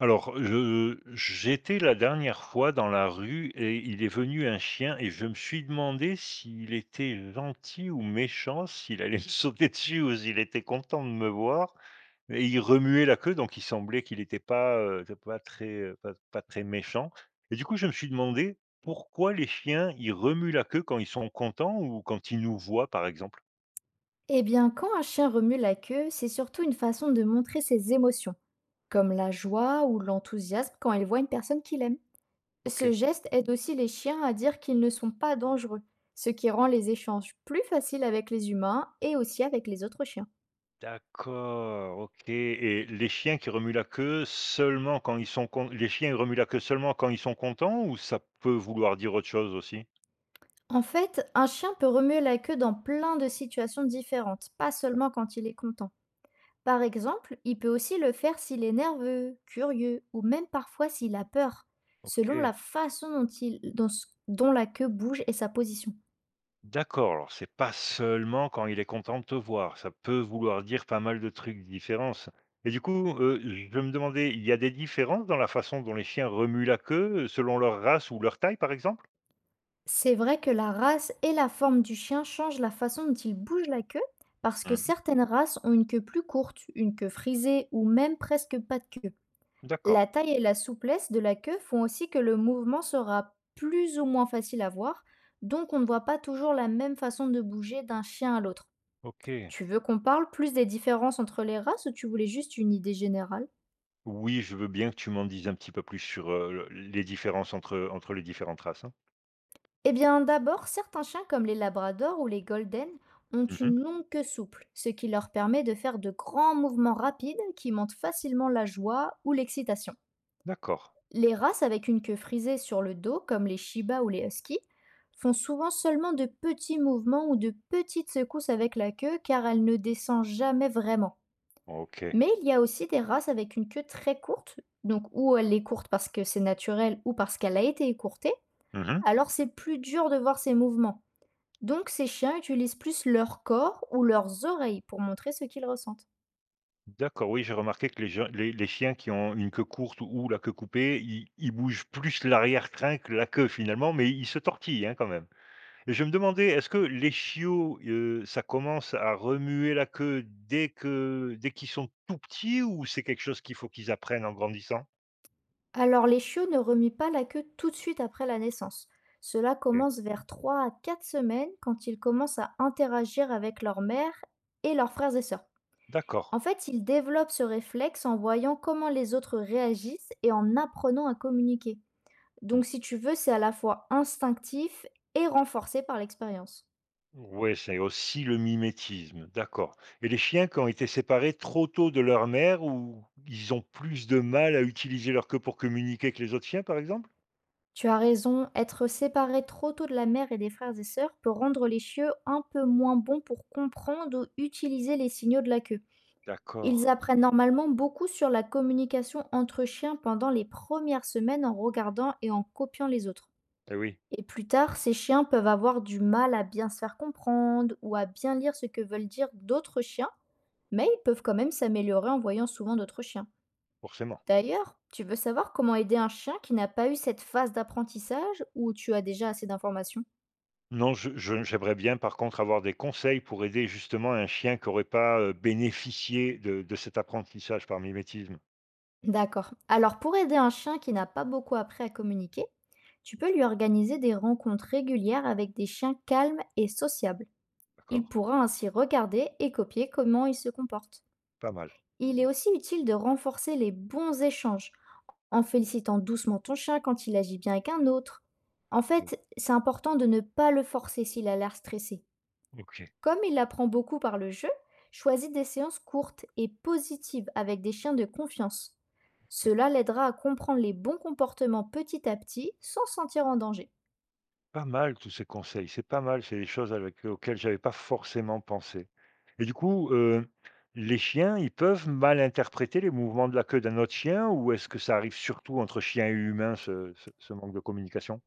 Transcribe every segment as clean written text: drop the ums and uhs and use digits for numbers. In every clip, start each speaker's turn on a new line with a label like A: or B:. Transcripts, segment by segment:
A: Alors, je j'étais la dernière fois dans la rue et il est venu un chien et je me suis demandé s'il était gentil ou méchant, s'il allait me sauter dessus ou s'il était content de me voir. Et il remuait la queue, donc il semblait qu'il n'était pas, pas très, pas très méchant. Et du coup, je me suis demandé pourquoi les chiens, ils remuent la queue quand ils sont contents ou quand ils nous voient, par exemple?
B: Eh bien, quand un chien remue la queue, c'est surtout une façon de montrer ses émotions, comme la joie ou l'enthousiasme quand il voit une personne qu'il aime. Ce
A: OK.
B: geste aide aussi les chiens à dire qu'ils ne sont pas dangereux, ce qui rend les échanges plus faciles avec les humains et aussi avec les autres chiens.
A: D'accord, OK, et les chiens qui remuent la queue seulement quand ils sont con les chiens, ils remuent la queue seulement quand ils sont contents ou ça peut vouloir dire autre chose aussi?
B: En fait, un chien peut remuer la queue dans plein de situations différentes, pas seulement quand il est content. Par exemple, il peut aussi le faire s'il est nerveux, curieux ou même parfois s'il a peur, selon
A: OK,
B: la façon dont, dont dont la queue bouge et sa position.
A: d'accord, alors c'est pas seulement quand il est content de te voir, ça peut vouloir dire pas mal de trucs différents ça. Et du coup, je me demandais, il y a des différences dans la façon dont les chiens remuent la queue, selon leur race ou leur taille, par exemple?
B: C'est vrai que la race et la forme du chien changent la façon dont il bouge la queue, parce que
A: Mmh.
B: certaines races ont une queue plus courte, une queue frisée ou même presque pas de queue.
A: D'accord.
B: La taille et la souplesse de la queue font aussi que le mouvement sera plus ou moins facile à voir, donc on ne voit pas toujours la même façon de bouger d'un chien à l'autre.
A: OK.
B: Tu veux qu'on parle plus des différences entre les races ou tu voulais juste une idée générale?
A: Oui, je veux bien que tu m'en dises un petit peu plus sur, le les différences entre, entre les différentes races, hein.
B: Eh bien, d'abord, certains chiens comme les labradors ou les golden ont
A: Mmh.
B: une longue queue souple, ce qui leur permet de faire de grands mouvements rapides qui montent facilement la joie ou l'excitation.
A: D'accord.
B: Les races avec une queue frisée sur le dos, comme les Shiba ou les Huskies, font souvent seulement de petits mouvements ou de petites secousses avec la queue car elle ne descend jamais vraiment.
A: OK.
B: Mais il y a aussi des races avec une queue très courte, donc ou elle est courte parce que c'est naturel ou parce qu'elle a été écourtée,
A: Mmh.
B: alors c'est plus dur de voir ses mouvements. Donc ces chiens utilisent plus leur corps ou leurs oreilles pour montrer ce qu'ils ressentent.
A: D'accord, oui, j'ai remarqué que les chiens qui ont une queue courte ou la queue coupée, ils bougent plus l'arrière-train que la queue finalement, mais ils se tortillent, hein, quand même. Et je me demandais, est-ce que les chiots, ça commence à remuer la queue dès qu'ils sont tout petits ou c'est quelque chose qu'il faut qu'ils apprennent en grandissant?
B: Alors les chiots ne remuent pas la queue tout de suite après la naissance. Cela
A: OK.
B: commence vers 3 à 4 semaines quand ils commencent à interagir avec leur mère et leurs frères et sœurs.
A: D'accord.
B: En fait, ils développent ce réflexe en voyant comment les autres réagissent et en apprenant à communiquer.
A: Mmh.
B: Donc si tu veux, c'est à la fois instinctif et renforcé par l'expérience.
A: Ouais, c'est aussi le mimétisme, d'accord. Et les chiens qui ont été séparés trop tôt de leur mère ou ils ont plus de mal à utiliser leur queue pour communiquer avec les autres chiens, par exemple?
B: Tu as raison, être séparé trop tôt de la mère et des frères et sœurs peut rendre les chiots un peu moins bons pour comprendre ou utiliser les signaux de la queue.
A: D'accord.
B: Ils apprennent normalement beaucoup sur la communication entre chiens pendant les premières semaines en regardant et en copiant les autres.
A: Eh oui,
B: Et plus tard, ces chiens peuvent avoir du mal à bien se faire comprendre ou à bien lire ce que veulent dire d'autres chiens, mais ils peuvent quand même s'améliorer en voyant souvent d'autres chiens.
A: forcément.
B: D'ailleurs, tu veux savoir comment aider un chien qui n'a pas eu cette phase d'apprentissage ou tu as déjà assez d'informations?
A: Non, j'aimerais bien, par contre, avoir des conseils pour aider justement un chien qui n'aurait pas bénéficié de cet apprentissage par mimétisme.
B: D'accord. Alors pour aider un chien qui n'a pas beaucoup appris à communiquer, tu peux lui organiser des rencontres régulières avec des chiens calmes et sociables. Il
A: D'accord?
B: pourra ainsi regarder et copier comment ils se comportent.
A: Pas mal.
B: Il est aussi utile de renforcer les bons échanges en félicitant doucement ton chien quand il agit bien avec un autre. En
A: Ok.
B: fait, c'est important de ne pas le forcer s'il a l'air stressé.
A: Ok.
B: Comme il apprend beaucoup par le jeu, choisis des séances courtes et positives avec des chiens de confiance. Cela l'aidera à comprendre les bons comportements petit à petit sans se sentir en danger.
A: Pas mal tous ces conseils, c'est pas mal, c'est des choses avec auxquelles j'avais pas forcément pensé. Et du coup, les chiens, ils peuvent mal interpréter les mouvements de la queue d'un autre chien ou est-ce que ça arrive surtout entre chiens et humains ce manque de communication?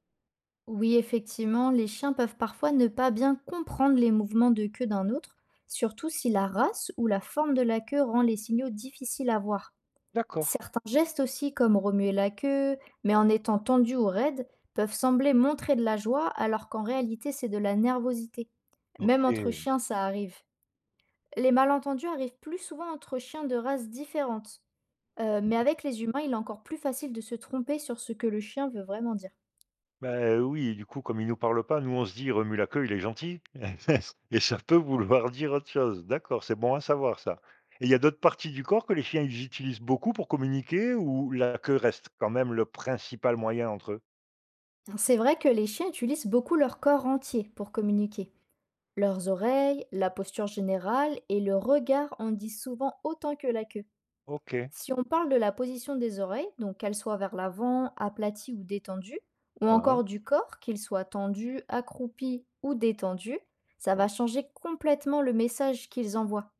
B: Oui, effectivement, les chiens peuvent parfois ne pas bien comprendre les mouvements de queue d'un autre, surtout si la race ou la forme de la queue rend les signaux difficiles à voir.
A: D'accord.
B: Certains gestes aussi, comme remuer la queue, mais en étant tendu ou raide, peuvent sembler montrer de la joie alors qu'en réalité c'est de la nervosité.
A: OK.
B: Même entre
A: Mmh.
B: chiens, ça arrive. Les malentendus arrivent plus souvent entre chiens de races différentes. Mais avec les humains, il est encore plus facile de se tromper sur ce que le chien veut vraiment dire.
A: Bah, oui et du coup, comme ils nous parlent pas, nous, on se dit: «Remue la queue, il est gentil» et ça peut vouloir dire autre chose. D'accord, c'est bon à savoir ça. Et il y a d'autres parties du corps que les chiens, ils utilisent beaucoup pour communiquer ou la queue reste quand même le principal moyen entre eux?
B: C'est vrai que les chiens utilisent beaucoup leur corps entier pour communiquer. Leurs oreilles, la posture générale et le regard en disent souvent autant que la queue.
A: OK. Hein,
B: Si on parle de la position des oreilles, donc qu'elles soient vers l'avant, aplaties ou détendues, ou
A: hein,
B: encore du corps, qu'il soit tendu, accroupi ou détendu, ça va
A: ouais.
B: changer complètement le message qu'ils envoient.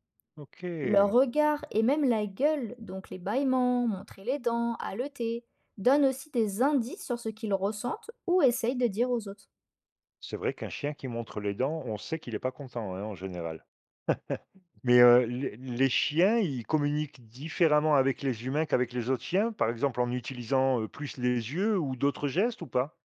B: Leur
A: OK.
B: regard et même la gueule, donc les bâillements, montrer les dents, haleter, donnent aussi des indices sur ce qu'ils ressentent ou essayent de dire aux autres.
A: C'est vrai qu'un chien qui montre les dents, on sait qu'il n'est pas content, hein, en général. Mais, les chiens, ils communiquent différemment avec les humains qu'avec les autres chiens? Par exemple, en utilisant, plus les yeux ou d'autres gestes ou pas?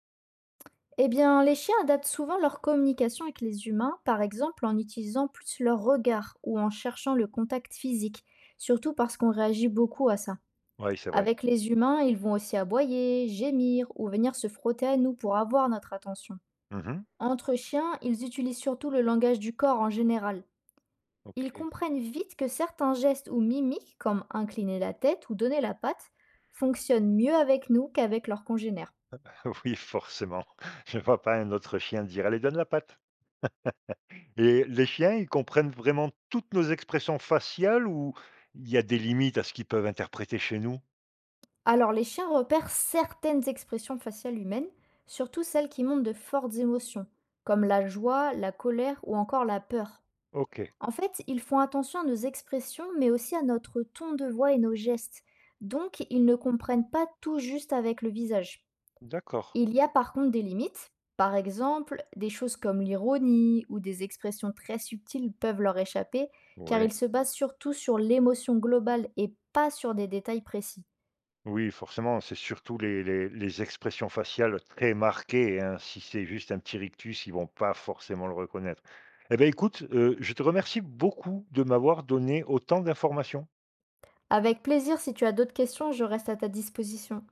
B: Eh bien, les chiens adaptent souvent leur communication avec les humains, par exemple en utilisant plus leur regard ou en cherchant le contact physique, surtout parce qu'on réagit beaucoup à ça.
A: Oui, c'est vrai.
B: Avec les humains, ils vont aussi aboyer, gémir ou venir se frotter à nous pour avoir notre attention.
A: Mmh.
B: Entre chiens, ils utilisent surtout le langage du corps en général. Ils
A: OK.
B: comprennent vite que certains gestes ou mimiques, comme incliner la tête ou donner la patte, fonctionnent mieux avec nous qu'avec leurs congénères.
A: Oui, forcément. Je ne vois pas un autre chien dire: «Allez, donne la patte». Et les chiens, ils comprennent vraiment toutes nos expressions faciales ou il y a des limites à ce qu'ils peuvent interpréter chez nous?
B: Alors, les chiens repèrent certaines expressions faciales humaines, surtout celles qui montrent de fortes émotions, comme la joie, la colère ou encore la peur.
A: OK,
B: En fait, ils font attention à nos expressions, mais aussi à notre ton de voix et nos gestes. Donc, ils ne comprennent pas tout juste avec le visage.
A: d'accord.
B: Il y a par contre des limites. Par exemple, des choses comme l'ironie ou des expressions très subtiles peuvent leur échapper, car
A: Oui.
B: ils se basent surtout sur l'émotion globale et pas sur des détails précis.
A: Oui, forcément, c'est surtout les expressions faciales très marquées, hein. Si c'est juste un petit rictus, ils vont pas forcément le reconnaître. Eh bien, écoute, je te remercie beaucoup de m'avoir donné autant d'informations.
B: Avec plaisir, si tu as d'autres questions, je reste à ta disposition.